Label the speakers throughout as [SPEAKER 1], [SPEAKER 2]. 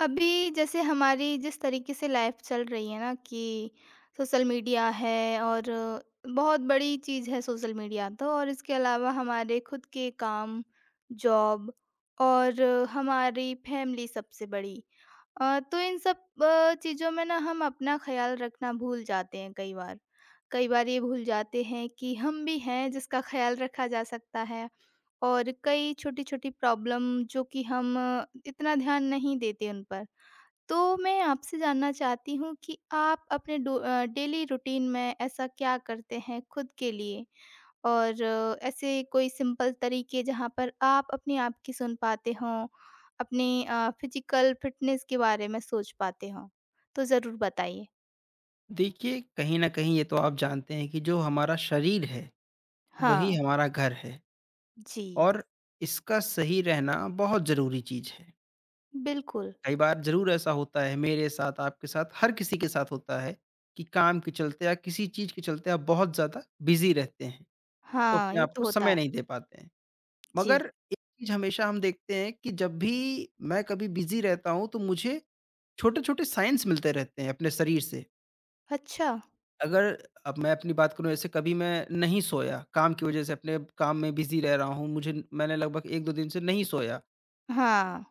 [SPEAKER 1] अभी जैसे हमारी जिस तरीके से लाइफ चल रही है ना कि सोशल मीडिया है, और बहुत बड़ी चीज़ है सोशल मीडिया। तो और इसके अलावा हमारे खुद के काम, जॉब और हमारी फैमिली सबसे बड़ी। तो इन सब चीज़ों में ना हम अपना ख़्याल रखना भूल जाते हैं कई बार। कई बार ये भूल जाते हैं कि हम भी हैं जिसका ख़्याल रखा जा सकता है, और कई छोटी-छोटी प्रॉब्लम जो कि हम इतना ध्यान नहीं देते उन पर। तो मैं आपसे जानना चाहती हूँ कि आप अपने डेली रूटीन में ऐसा क्या करते हैं खुद के लिए? और ऐसे कोई सिंपल तरीके जहाँ पर आप अपने आप की सुन पाते हों, अपनी फिज़िकल फिटनेस के बारे में सोच पाते हों? तो ज़रूर बताइए।
[SPEAKER 2] देखिए, कहीं न कहीं ये तो आप जानते हैं कि जो हमारा शरीर है, वही
[SPEAKER 1] हाँ।
[SPEAKER 2] हमारा घर है
[SPEAKER 1] जी,
[SPEAKER 2] और इसका सही रहना बहुत ज़रूरी चीज़ है।
[SPEAKER 1] बिल्कुल।
[SPEAKER 2] कई बार ज़रूर ऐसा होता है मेरे साथ, आपके साथ, हर किसी के साथ होता है कि काम के चलते या किसी चीज़ के चलते आप बहुत ज़्यादा बिज़ी रहते हैं, तो
[SPEAKER 1] हाँ,
[SPEAKER 2] अपने
[SPEAKER 1] ये
[SPEAKER 2] आप
[SPEAKER 1] तो
[SPEAKER 2] को
[SPEAKER 1] होता
[SPEAKER 2] समय
[SPEAKER 1] है।
[SPEAKER 2] नहीं दे पाते हैं।
[SPEAKER 1] जी।
[SPEAKER 2] मगर एक चीज़ हमेशा हम देखते हैं कि जब भी मैं कभी बिज़ी रहता हूँ, तो मुझे छोटे-छोटे साइन्स मिलते रहते हैं अपने शरीर से।
[SPEAKER 1] अच्छा।
[SPEAKER 2] अगर अब मैं अपनी बात करूँ ऐसे कभी मैं नहीं सोया, काम की वज़ह से अपने काम में बिज़ी रह रहा हूँ, मुझे मैंने लगभग 1-2 दिन से नहीं सोया।
[SPEAKER 1] हाँ।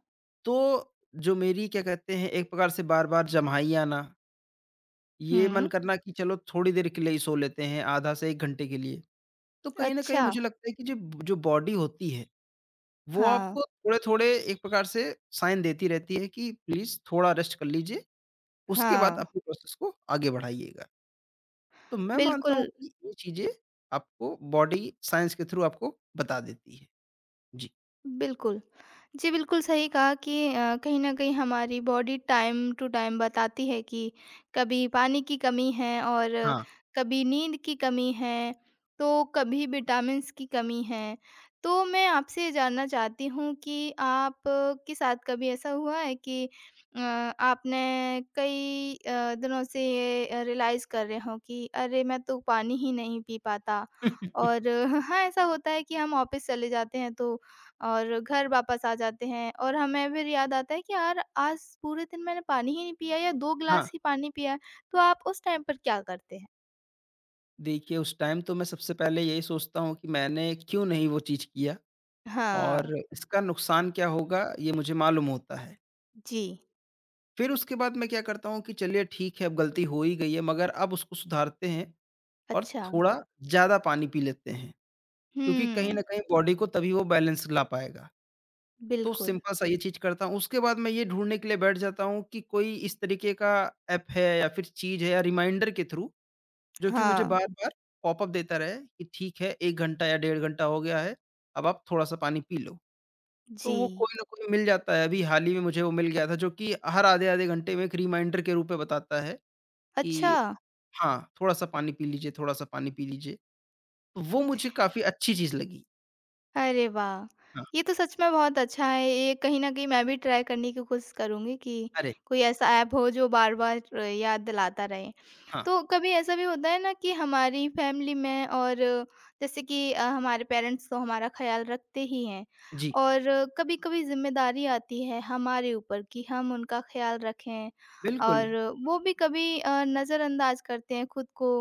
[SPEAKER 2] तो जो मेरी क्या कहते हैं एक प्रकार से बार-बार जम्हाई आना, ये मन
[SPEAKER 1] हुँ।
[SPEAKER 2] करना कि चलो थोड़ी देर के लिए ही सो लेते हैं, आधा से 1 घंटे के लिए। तो कहीं न कहीं
[SPEAKER 1] अच्छा।
[SPEAKER 2] मुझे लगता है कि जो जो बॉडी होती है, वो
[SPEAKER 1] हाँ,
[SPEAKER 2] आपको थोड़े-थोड़े एक प्रकार से साइन देती रहती है कि प्लीज़ थोड़ा रेस्ट कर लीजिए, उसके बाद
[SPEAKER 1] हाँ।
[SPEAKER 2] अपने प्रोसेस को आगे बढ़ाइएगा। तो मैं मानता हूँ
[SPEAKER 1] बिल्कुल,
[SPEAKER 2] कि ये चीज़ें आपको बॉडी साइंस के थ्रू आपको बता देती है। जी,
[SPEAKER 1] बिल्कुल। जी, बिल्कुल सही कहा कि कहीं न कहीं हमारी बॉडी टाइम टू टाइम बताती है कि कभी पानी की कमी है, और
[SPEAKER 2] हाँ।
[SPEAKER 1] कभी नींद की कमी है, तो कभी विटामिन्स की कमी है। तो मैं आपसे ये जानना चाहती हूँ कि आप के साथ कभी ऐसा हुआ है कि आपने कई दिनों से ये रियलाइज़ कर रहे हों कि अरे! मैं तो पानी ही नहीं पी पाता। और हाँ, ऐसा होता है कि हम ऑफ़िस चले जाते हैं, तो और घर वापस आ जाते हैं, और हमें फिर याद आता है कि यार आज पूरे दिन मैंने पानी ही नहीं पिया, या 2
[SPEAKER 2] हाँ,
[SPEAKER 1] ग्लास ही पानी पिया है। तो आप उस टाइम पर क्या करते हैं?
[SPEAKER 2] देखिए उस टाइम तो मैं सबसे पहले यही सोचता हूँ कि मैंने क्यों नहीं वो चीज़ किया
[SPEAKER 1] हाँ,
[SPEAKER 2] और इसका नुकसान क्या होगा ये मुझे मालूम होता है।
[SPEAKER 1] जी,
[SPEAKER 2] फिर उसके बाद मैं क्या करता हूँ कि चलिए ठीक है अब गलती हो ही गई है मगर अब उसको सुधारते हैं और
[SPEAKER 1] अच्छा,
[SPEAKER 2] थोड़ा ज़्यादा पानी पी लेते हैं, क्योंकि कहीं
[SPEAKER 1] हुँ,
[SPEAKER 2] न कहीं बॉडी को तभी वो बैलेंस ला पाएगा। तो
[SPEAKER 1] बिल्कुल,
[SPEAKER 2] सिंपल सा ये चीज़ करता हूँ। उसके बाद मैं ये ढूँढने के लिए बैठ जाता हूँ कि कोई इस तरीके का ऐप है या फिर चीज़ है या रिमाइंडर के थ्रू जो कि मुझे
[SPEAKER 1] हाँ,
[SPEAKER 2] बार-बार पॉपअप देता रहे कि ठीक है 1 घंटा या डेढ़ घंटा हो गया है, अब आप थोड़ा-सा पानी पी लो। तो
[SPEAKER 1] जी,
[SPEAKER 2] वो कोई ना कोई मिल जाता है। अभी हाल ही में मुझे वो मिल गया था जो कि हर आधे-आधे घंटे में एक रिमाइंडर के रूप में बताता है
[SPEAKER 1] अच्छा।
[SPEAKER 2] कि हाँ, थोड़ा-सा पानी पी लीजिए, थोड़ा-सा पानी पी लीजिए। तो वो मुझे काफ़ी अच्छी चीज़ लगी।
[SPEAKER 1] अरे वाह!
[SPEAKER 2] हाँ,
[SPEAKER 1] ये तो सच में बहुत अच्छा है। ये कहीं न कहीं मैं भी ट्राई करने की कोशिश करूँगी कि
[SPEAKER 2] अरे!
[SPEAKER 1] कोई ऐसा ऐप हो जो बार-बार याद दिलाता रहे।
[SPEAKER 2] हाँ,
[SPEAKER 1] तो कभी ऐसा भी होता है ना कि हमारी फैमिली में और जैसे कि हमारे पेरेंट्स तो हमारा ख़्याल रखते ही हैं,
[SPEAKER 2] जी,
[SPEAKER 1] और कभी-कभी ज़िम्मेदारी आती है हमारे ऊपर कि हम उनका ख़्याल रखें।
[SPEAKER 2] बिल्कुल।
[SPEAKER 1] और वो भी कभी नज़रअंदाज करते हैं खुद को।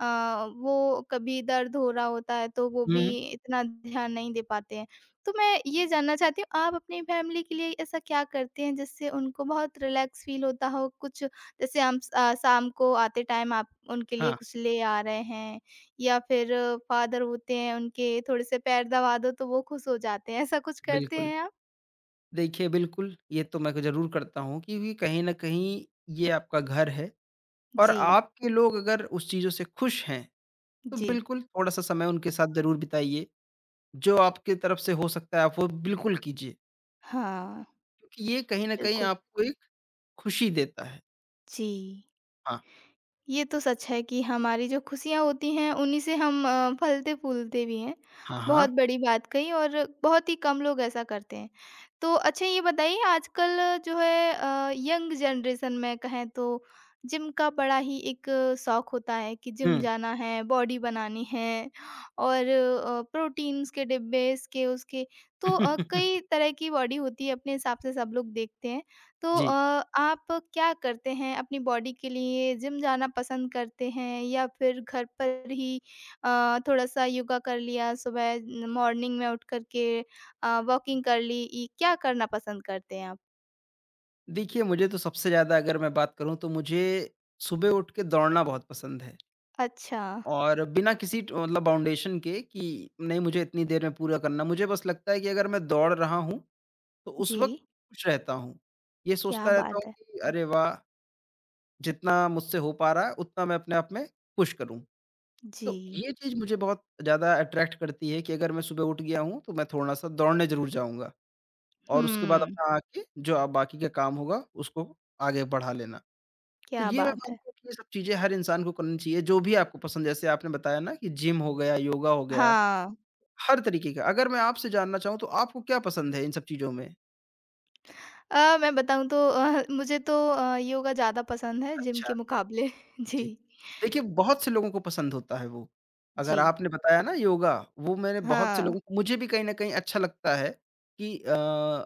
[SPEAKER 1] वो कभी दर्द हो रहा होता है तो वो भी
[SPEAKER 2] हुँ,
[SPEAKER 1] इतना ध्यान नहीं दे पाते हैं। तो मैं ये जानना चाहती हूँ, आप अपनी फैमिली के लिए ऐसा क्या करते हैं जिससे उनको बहुत रिलैक्स फ़ील होता हो? कुछ जैसे हम शाम को आते टाइम आप उनके लिए
[SPEAKER 2] हाँ,
[SPEAKER 1] कुछ ले आ रहे हैं, या फिर फादर होते हैं उनके थोड़े से पैर दबा दो तो वो खुश हो जाते हैं। ऐसा कुछ करते
[SPEAKER 2] बिल्कुल।
[SPEAKER 1] हैं आप?
[SPEAKER 2] देखिए, बिल्कुल, ये तो मैं ज़रूर करता हूँ क्योंकि कहीं न कहीं ये आपका घर है और
[SPEAKER 1] जी।
[SPEAKER 2] आपके लोग अगर उस चीज़ों से खुश हैं, तो
[SPEAKER 1] जी।
[SPEAKER 2] बिल्कुल थोड़ा-सा समय उनके साथ ज़रूर बिताइए। जो आपकी तरफ से हो सकता है, आप वो बिल्कुल कीजिए
[SPEAKER 1] हाँ,
[SPEAKER 2] क्योंकि ये कहीं न कहीं
[SPEAKER 1] बिल्कुल।
[SPEAKER 2] आपको एक खुशी देता है।
[SPEAKER 1] जी।
[SPEAKER 2] हाँ,
[SPEAKER 1] ये तो सच है कि हमारी जो खुशियाँ होती हैं उन्हीं से हम फलते-फूलते भी हैं।
[SPEAKER 2] हाँ, हाँ।
[SPEAKER 1] बहुत बड़ी बात कही, और बहुत ही कम लोग ऐसा करते हैं। तो अच्छा ये बताइए, आजकल जो है यंग जनरेशन में कहें तो जिम का बड़ा ही एक शौक होता है कि जिम
[SPEAKER 2] हुँ।
[SPEAKER 1] जाना है, बॉडी बनानी है, और प्रोटीन्स के डिब्बे इसके उसके। तो कई तरह की बॉडी होती है, अपने हिसाब से सब लोग देखते हैं। तो
[SPEAKER 2] जी।
[SPEAKER 1] आप क्या करते हैं अपनी बॉडी के लिए? जिम जाना पसंद करते हैं, या फिर घर पर ही थोड़ा-सा योगा कर लिया सुबह न मॉर्निंग में उठ कर के, वॉकिंग कर ली, ये क्या करना पसंद करते हैं आप?
[SPEAKER 2] देखिए, मुझे तो सबसे ज़्यादा अगर मैं बात करूँ, तो मुझे सुबह उठ के दौड़ना बहुत पसंद है।
[SPEAKER 1] अच्छा,
[SPEAKER 2] और बिना किसी ट मतलब बाउंडेशन के कि नहीं मुझे इतनी देर में पूरा करना, मुझे बस लगता है कि अगर मैं दौड़ रहा हूँ, तो उस
[SPEAKER 1] जी,
[SPEAKER 2] वक़्त खुश रहता हूँ। ये
[SPEAKER 1] क्या
[SPEAKER 2] सोचता रहता हूँ
[SPEAKER 1] बात है।
[SPEAKER 2] कि अरे वाह! जितना मुझसे हो पा रहा है उतना मैं अपने आप में खुश करूँ। तो
[SPEAKER 1] जी,
[SPEAKER 2] ये चीज़ मुझे बहुत ज़्यादा अट्रैक्ट करती है कि अगर मैं सुबह उठ गया हूँ, तो मैं थोड़ा-सा दौड़ने ज़रूर जाऊँगा और उसके बाद
[SPEAKER 1] हुँ,
[SPEAKER 2] अपना आके जो अब बाकी का काम होगा उसको आगे बढ़ा लेना। तो
[SPEAKER 1] क्या
[SPEAKER 2] ये मैं
[SPEAKER 1] बात है।
[SPEAKER 2] मानता हूँ कि ये सब चीज़ें हर इंसान को करनी चाहिए, जो भी आपको पसंद जैसे आपने बताया ना कि जिम हो गया, योगा हो गया
[SPEAKER 1] हाँ,
[SPEAKER 2] हर तरीके का। अगर मैं आपसे जानना चाहूँ तो आपको क्या पसंद है इन सब चीज़ों में?
[SPEAKER 1] मैं बताऊँ तो मुझे तो योगा ज़्यादा पसंद है जिम
[SPEAKER 2] अच्छा,
[SPEAKER 1] के मुकाबले। जी,
[SPEAKER 2] जी। देखिए बहुत से लोगों को पसंद होता है वो। अगर
[SPEAKER 1] जी,
[SPEAKER 2] आपने बताया ना योगा, वो मैंने बहुत से
[SPEAKER 1] हाँ,
[SPEAKER 2] लोगों को मुझे भी कहीं न कहीं अच्छा लगता है कि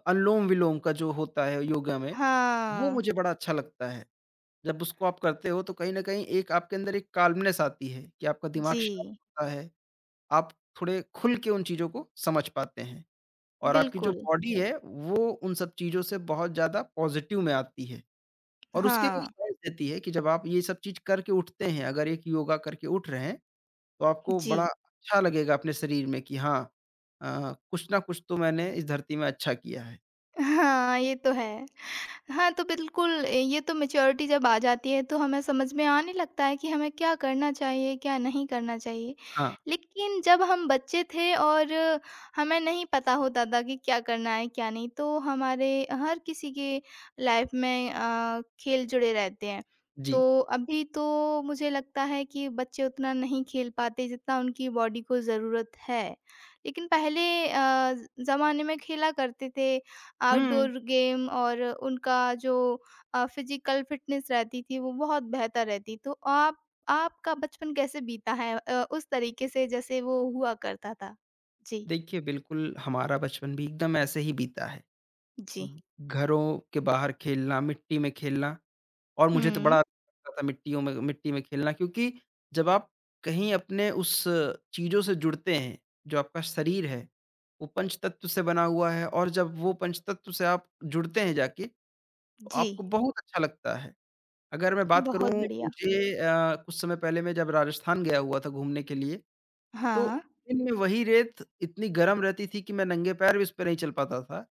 [SPEAKER 2] अनुलोम-विलोम का जो होता है योगा में, वो
[SPEAKER 1] हाँ,
[SPEAKER 2] मुझे बड़ा अच्छा लगता है। जब उसको आप करते हो तो कहीं न कहीं एक आपके अंदर एक काल्मनेस आती है कि आपका दिमाग
[SPEAKER 1] जी।
[SPEAKER 2] शांत होता है। आप थोड़े खुल के उन चीज़ों को समझ पाते हैं। और आपकी जो
[SPEAKER 1] बिल्कुल,
[SPEAKER 2] बॉडी है, वो उन सब चीज़ों से बहुत ज़्यादा पॉज़िटिव में आती है और उसके भी
[SPEAKER 1] हाँ,
[SPEAKER 2] साइंस देती है कि जब आप ये सब चीज़ करके उठते हैं, अगर एक योगा करके उठ रहे हैं, तो आपको
[SPEAKER 1] जी।
[SPEAKER 2] बड़ा अच्छा लगेगा अपने शरीर में कि हाँ कुछ ना कुछ तो मैंने इस धरती में अच्छा किया है।
[SPEAKER 1] हाँ, ये तो है। हाँ, तो बिल्कुल, ये तो मैच्योरिटी जब आ जाती है तो हमें समझ में आने लगता है कि हमें क्या करना चाहिए, क्या नहीं करना चाहिए।
[SPEAKER 2] हाँ,
[SPEAKER 1] लेकिन जब हम बच्चे थे, और हमें नहीं पता होता था कि क्या करना है, क्या नहीं, तो हमारे हर किसी के लाइफ में खेल जुड़े रहते हैं।
[SPEAKER 2] जी।
[SPEAKER 1] तो अभी तो मुझे लगता है कि बच्चे उतना नहीं खेल पाते जितना उनकी बॉडी को ज़रूरत है। लेकिन पहले अ, ज़माने में खेला करते थे।
[SPEAKER 2] हुँ,
[SPEAKER 1] आउटडोर गेम, और उनका जो फिज़िकल फ़िटनेस रहती थी वो बहुत बेहतर रहती। तो आप, आपका बचपन कैसे बीता है उस तरीके से जैसे वो हुआ करता था? जी।
[SPEAKER 2] देखिए बिल्कुल हमारा बचपन भी एकदम ऐसे ही बीता है।
[SPEAKER 1] जी।
[SPEAKER 2] घ- घरों के बाहर खेलना, मिट्टी में खेलना और मुझे तो बड़ा
[SPEAKER 1] हुँ,
[SPEAKER 2] अच्छा लगता था मिट्टियों में मिट्टी में खेलना क्योंकि जब आप कहीं अपने उस चीज़ों से जुड़ते हैं, जो आपका शरीर है, वो पंचतत्व से बना हुआ है और जब वो पंचतत्व से आप जुड़ते हैं जाके, तो
[SPEAKER 1] जी।
[SPEAKER 2] आपको बहुत अच्छा लगता है। अगर मैं बात करूँ
[SPEAKER 1] बहुत बढ़िया।
[SPEAKER 2] मुझे कुछ समय पहले मैं जब राजस्थान गया हुआ था घूमने के लिए,
[SPEAKER 1] हाँ।
[SPEAKER 2] तो दिन में वही रेत इतनी गर्म रहती थी कि मैं नंगे पैर भी उस पे नहीं चल पाता था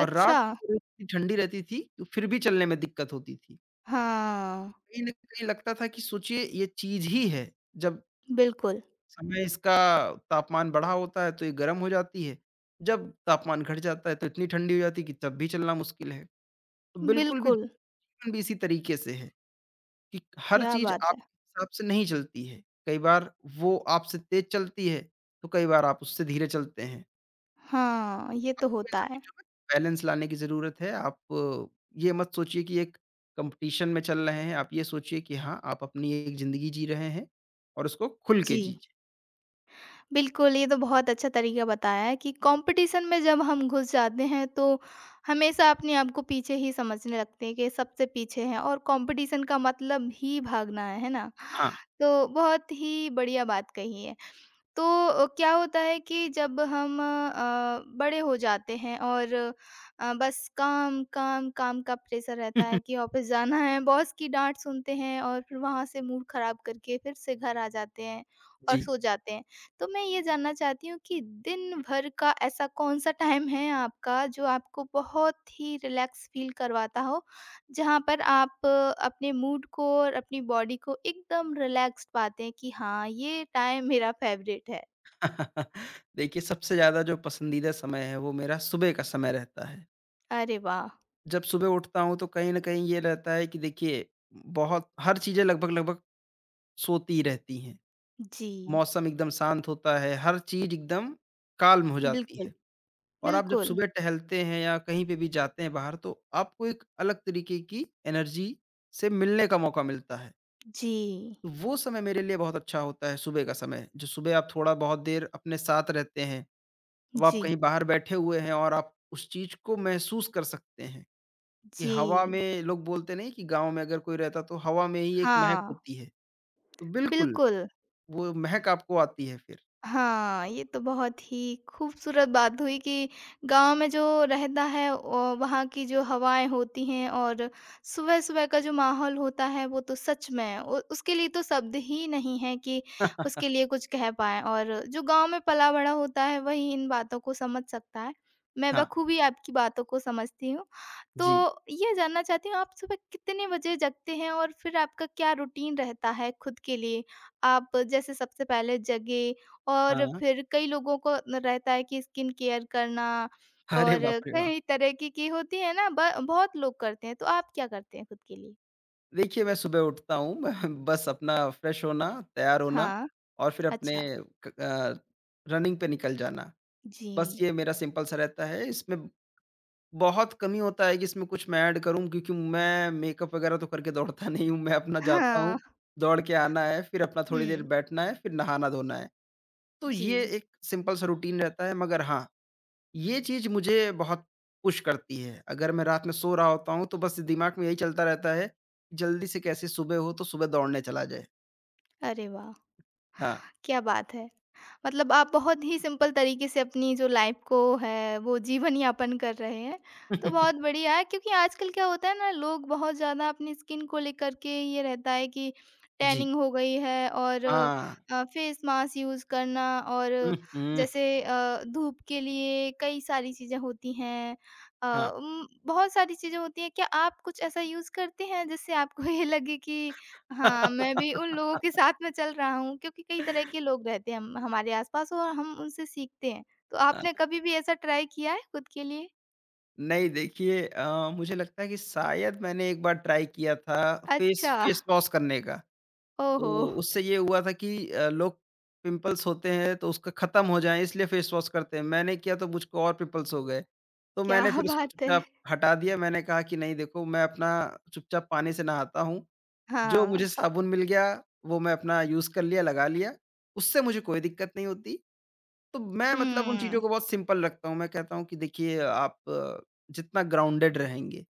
[SPEAKER 2] और रात
[SPEAKER 1] अच्छा।
[SPEAKER 2] को रेत इतनी ठंडी रहती थी, तो फिर भी चलने में दिक्कत होती थी।
[SPEAKER 1] हाँ,
[SPEAKER 2] कहीं न कहीं लगता था कि सोचिए ये चीज़ ही है, जब
[SPEAKER 1] बिल्कुल,
[SPEAKER 2] समय इसका तापमान बढ़ा होता है तो ये गर्म हो जाती है, जब तापमान घट जाता है तो इतनी ठंडी हो जाती है कि तब भी चलना मुश्किल है। तो बिल्कुल भी
[SPEAKER 1] बिल्कुल।
[SPEAKER 2] जीवन भी इसी तरीके से है कि हर
[SPEAKER 1] क्या
[SPEAKER 2] चीज़
[SPEAKER 1] बात है!
[SPEAKER 2] आपके हिसाब से नहीं चलती है, कई बार वो आपसे तेज़ चलती है, तो कई बार आप उससे धीरे चलते हैं।
[SPEAKER 1] हाँ, ये तो
[SPEAKER 2] इन
[SPEAKER 1] होता
[SPEAKER 2] सब
[SPEAKER 1] है।
[SPEAKER 2] चीज़ों में बैलेंस लाने की ज़रूरत है। आप ये मत सोचिए कि एक कॉम्पिटिशन में चल रहे हैं, आप ये सोचिए कि हाँ, आप अपनी एक ज़िंदगी जी रहे हैं और उसको खुल के
[SPEAKER 1] जी।
[SPEAKER 2] जीजिए।
[SPEAKER 1] बिल्कुल, ये तो बहुत अच्छा तरीका बताया है कि कॉम्पिटिशन में जब हम घुस जाते हैं तो हमेशा अपने आप को पीछे ही समझने लगते हैं कि सबसे पीछे हैं, और कॉम्पिटिशन का मतलब ही भागना है ना?
[SPEAKER 2] हाँ,
[SPEAKER 1] तो बहुत ही बढ़िया बात कही है। तो क्या होता है कि जब हम बड़े हो जाते हैं और बस काम काम काम का प्रेशर रहता है कि ऑफिस जाना है, बॉस की डांट सुनते हैं, और फिर वहाँ से मूड खराब करके फिर से घर आ जाते हैं और
[SPEAKER 2] जी।
[SPEAKER 1] सो जाते हैं। तो मैं ये जानना चाहती हूँ कि दिन भर का ऐसा कौन सा टाइम है आपका जो आपको बहुत ही रिलैक्स फील करवाता हो, जहाँ पर आप अपने मूड को और अपनी बॉडी को एकदम रिलैक्स्ड पाते हैं कि हाँ, ये टाइम मेरा फेवरेट है।
[SPEAKER 2] देखिए, सबसे ज़्यादा जो पसंदीदा समय है, वो मेरा सुबह का समय रहता है।
[SPEAKER 1] अरे वाह!
[SPEAKER 2] जब सुबह उठता हूँ, तो कहीं न कहीं ये रहता है कि देखिए, बहुत हर चीज़ें लगभग-लगभग सोती रहती हैं।
[SPEAKER 1] जी,
[SPEAKER 2] मौसम एकदम शांत होता है, हर चीज़ एकदम काल्म हो जाती
[SPEAKER 1] बिल्कुल,
[SPEAKER 2] है। और आप जब
[SPEAKER 1] बिल्कुल।
[SPEAKER 2] सुबह टहलते हैं या कहीं पे भी जाते हैं बाहर तो आपको एक अलग तरीके की एनर्जी से मिलने का मौका मिलता है।
[SPEAKER 1] जी,
[SPEAKER 2] तो वो समय मेरे लिए बहुत अच्छा होता है सुबह का समय, जो सुबह आप थोड़ा बहुत देर अपने साथ रहते हैं। अब आप
[SPEAKER 1] जी,
[SPEAKER 2] कहीं बाहर बैठे हुए हैं और आप उस चीज़ को महसूस कर सकते हैं कि
[SPEAKER 1] जी।
[SPEAKER 2] हवा में लोग बोलते नहीं कि गाँव में अगर कोई रहता तो हवा में ही एक महक
[SPEAKER 1] हाँ,
[SPEAKER 2] होती है। तो बिल्कुल,
[SPEAKER 1] बिल्कुल।
[SPEAKER 2] वो महक आपको आती है फिर।
[SPEAKER 1] हाँ, ये तो बहुत ही खूबसूरत बात हुई कि गाँव में जो रहता है, औ वहाँ की जो हवाएँ होती हैं, और सुबह-सुबह का जो माहौल होता है, वो तो सच में उ उसके लिए तो शब्द ही नहीं है कि उसके लिए कुछ कह पाएँ। और जो गाँव में पला-बड़ा होता है वही इन बातों को समझ सकता है। मैं
[SPEAKER 2] हाँ,
[SPEAKER 1] बखूबी आपकी बातों को समझती हूँ। तो
[SPEAKER 2] जी।
[SPEAKER 1] ये जानना चाहती हूँ, आप सुबह कितने बजे जगते हैं और फिर आपका क्या रूटीन रहता है खुद के लिए? आप जैसे सबसे पहले जगे, और
[SPEAKER 2] हाँ।
[SPEAKER 1] फिर कई लोगों को न रहता है कि स्किन केयर करना,
[SPEAKER 2] अरे
[SPEAKER 1] और
[SPEAKER 2] बाप रे बाप!
[SPEAKER 1] कई तरह की होती है ना, ब बहुत लोग करते हैं, तो आप क्या करते हैं खुद के लिए?
[SPEAKER 2] देखिए, मैं सुबह उठता हूँ मैं बस अपना फ्रेश होना, तैयार होना
[SPEAKER 1] हाँ,
[SPEAKER 2] और फिर अपने
[SPEAKER 1] अच्छा।
[SPEAKER 2] क अ, रनिंग पे निकल जाना।
[SPEAKER 1] जी।
[SPEAKER 2] बस ये मेरा सिंपल सा रहता है। इसमें बहुत कम ही होता है कि इसमें कुछ मैं ऐड करूँ क्योंकि मैं मेकअप वगैरह तो करके दौड़ता नहीं हूँ। मैं अपना जाता
[SPEAKER 1] हाँ,
[SPEAKER 2] हूँ, दौड़ के आना है, फिर अपना थोड़ी देर
[SPEAKER 1] हुँ,
[SPEAKER 2] बैठना है, फिर नहाना-धोना है। तो
[SPEAKER 1] जी।
[SPEAKER 2] ये एक सिंपल सा रूटीन रहता है मगर हाँ, ये चीज़ मुझे बहुत पुश करती है। अगर मैं रात में सो रहा होता हूँ, तो बस दिमाग में यही चलता रहता है, कि जल्दी से कैसे सुबह हो तो सुबह दौड़ने चला जाए।
[SPEAKER 1] अरे वाह!
[SPEAKER 2] हाँ।
[SPEAKER 1] क्या बात है। मतलब आप बहुत ही सिंपल तरीके से अपनी जो लाइफ को है वो जीवन यापन कर रहे हैं। तो बहुत बढ़िया है, क्योंकि आजकल क्या होता है ना, लोग बहुत ज़्यादा अपनी स्किन को लेकर के ये रहता है कि
[SPEAKER 2] जी।
[SPEAKER 1] टैनिंग हो गई है, और
[SPEAKER 2] हाँ।
[SPEAKER 1] फेस मास्क यूज़ करना, और
[SPEAKER 2] हुँ, हुँ,
[SPEAKER 1] जैसे धूप के लिए कई सारी चीज़ें होती हैं,
[SPEAKER 2] हाँ।
[SPEAKER 1] बहुत सारी चीज़ें होती हैं। क्या आप कुछ ऐसा यूज़ करते हैं जिससे आपको ये लगे कि हाँ, मैं भी उन लोगों के साथ में चल रहा हूँ, क्योंकि कई तरह के लोग रहते हैं हम हमारे आस-पास और हम उनसे सीखते हैं। तो आपने
[SPEAKER 2] अ,
[SPEAKER 1] कभी भी ऐसा ट्राई किया है खुद के लिए?
[SPEAKER 2] नहीं देखिए मुझे लगता है कि शायद मैंने एक बार ट्राई किया था फेस
[SPEAKER 1] अच्छा,
[SPEAKER 2] फेस वॉश करने का।
[SPEAKER 1] ओहो!
[SPEAKER 2] तो उससे ये हुआ था कि लोग पिंपल्स होते हैं तो उसका ख़त्म हो जाए इसलिए फेस वॉश करते हैं। मैंने किया तो मुझको और पिंपल्स हो गए। तो
[SPEAKER 1] क्या
[SPEAKER 2] मैंने फिर उसको
[SPEAKER 1] बात है!
[SPEAKER 2] चुपचाप हटा दिया। मैंने कहा कि नहीं देखो मैं अपना चुपचाप पानी से नहाता हूँ। जो
[SPEAKER 1] हाँ।
[SPEAKER 2] मुझे साबुन मिल गया वो मैं अपना यूज़ कर लिया, लगा लिया। उससे मुझे कोई दिक्कत नहीं होती। तो मैं मतलब उन चीज़ों
[SPEAKER 1] हुँ,
[SPEAKER 2] को बहुत सिंपल रखता हूँ। मैं कहता हूँ कि देखिए आप जितना ग्राउंडेड रहेंगे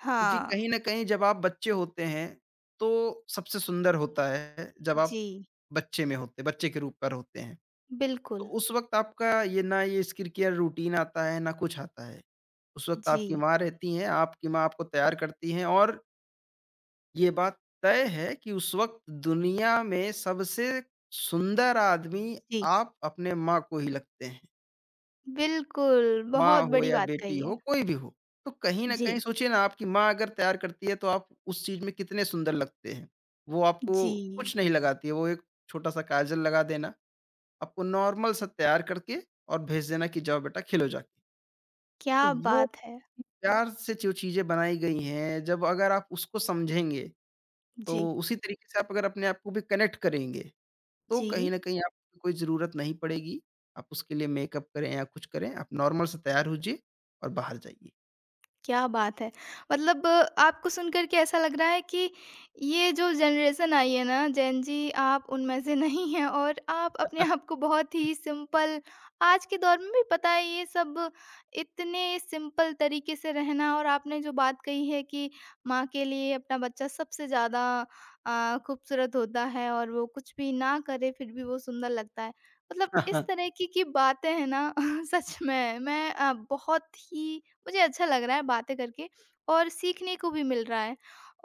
[SPEAKER 2] क्योंकि
[SPEAKER 1] हाँ।
[SPEAKER 2] कहीं न कहीं जब आप बच्चे होते हैं, तो सबसे सुंदर होता है जब आप
[SPEAKER 1] जी,
[SPEAKER 2] बच्चे के रूप पर होते हैं। तो
[SPEAKER 1] बिल्कुल।
[SPEAKER 2] उस वक़्त आपका ये स्किन केयर रूटीन आता है, ना कुछ आता है। उस वक़्त आपकी
[SPEAKER 1] जी,
[SPEAKER 2] माँ रहती हैं, आपकी माँ आपको तैयार करती हैं और ये बात तय है कि उस वक़्त दुनिया में सबसे सुंदर आदमी
[SPEAKER 1] जी।
[SPEAKER 2] आप अपने माँ को ही लगते हैं।
[SPEAKER 1] बिल्कुल,
[SPEAKER 2] माँ
[SPEAKER 1] बहुत
[SPEAKER 2] हो
[SPEAKER 1] बड़ी
[SPEAKER 2] या
[SPEAKER 1] बात
[SPEAKER 2] बेटी
[SPEAKER 1] कही है।
[SPEAKER 2] हो, कोई भी हो। तो कहीं न
[SPEAKER 1] जी,
[SPEAKER 2] कहीं सोचिए ना आपकी माँ अगर तैयार करती है तो आप उस चीज़ में कितने सुंदर लगते हैं। वो आपको
[SPEAKER 1] जी।
[SPEAKER 2] कुछ नहीं लगाती है, वो एक छोटा-सा काजल लगा देना, आपको नॉर्मल सा तैयार करके और भेज देना कि जाओ बेटा खिलो जाके। तो
[SPEAKER 1] क्या
[SPEAKER 2] वो
[SPEAKER 1] बात है!
[SPEAKER 2] प्यार से जो चीज़ें बनाई गई हैं, जब अगर आप उसको समझेंगे, तो
[SPEAKER 1] जी,
[SPEAKER 2] उसी तरीके से आप अगर अपने आप को भी कनेक्ट करेंगे, तो
[SPEAKER 1] जी।
[SPEAKER 2] कहीं न कहीं आपको कोई ज़रूरत नहीं पड़ेगी। आप उसके लिए मेकअप करें या कुछ करें, आप नॉर्मल से तैयार होजिए और बाहर जाइए।
[SPEAKER 1] क्या बात है! मतलब आपको सुनकर के ऐसा लग रहा है कि ये जो जनरेशन आई है ना, जेन ज़ी, आप उनमें से नहीं हैं, और आप अपने आप को बहुत ही सिंपल आज के दौर में भी, पता है ये सब इतने सिंपल तरीके से रहना। और आपने जो बात कही है कि माँ के लिए अपना बच्चा सबसे ज़्यादा खूबसूरत होता है, और वो कुछ भी ना करे फिर भी वो सुंदर लगता है। मतलब इस तरह की बातें हैं ना सच में मैं बहुत ही, मुझे अच्छा लग रहा है बातें करके, और सीखने को भी मिल रहा है।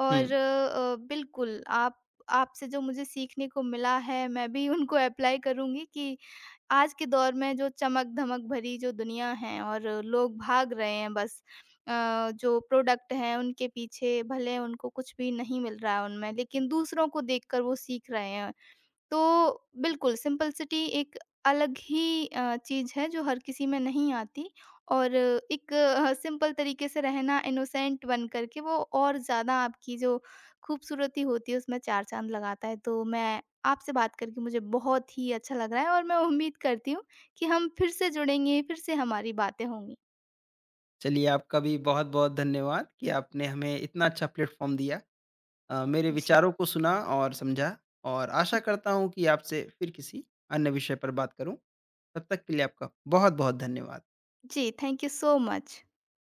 [SPEAKER 1] और
[SPEAKER 2] हुँ।
[SPEAKER 1] बिल्कुल आप, आपसे जो मुझे सीखने को मिला है मैं भी उनको अप्लाई करूँगी कि आज के दौर में जो चमक-धमक भरी जो दुनिया है और लोग भाग रहे हैं बस अ, जो प्रोडक्ट हैं उनके पीछे, भले उनको कुछ भी नहीं मिल रहा है उनमें, लेकिन दूसरों को देखकर वो सीख रहे हैं। तो बिल्कुल सिंपलिसिटी एक अलग ही चीज़ है जो हर किसी में नहीं आती, और एक सिंपल तरीके से रहना इनोसेंट बन कर के, वो और ज़्यादा आपकी जो खूबसूरती होती है उसमें चार चाँद लगाता है। तो मैं आपसे बात करके, मुझे बहुत ही अच्छा लग रहा है, और मैं उम्मीद करती हूँ कि हम फिर से जुड़ेंगे, फिर से हमारी बातें होंगी।
[SPEAKER 2] चलिए आपका भी बहुत-बहुत धन्यवाद कि आपने हमें इतना अच्छा प्लेटफ़ॉर्म दिया। मेरे
[SPEAKER 1] जी।
[SPEAKER 2] विचारों को सुना और समझा और आशा करता हूँ कि आपसे फिर किसी अन्य विषय पर बात करूँ। तब तक के लिए आपका बहुत-बहुत धन्यवाद।
[SPEAKER 1] जी, थैंक यू सो मच।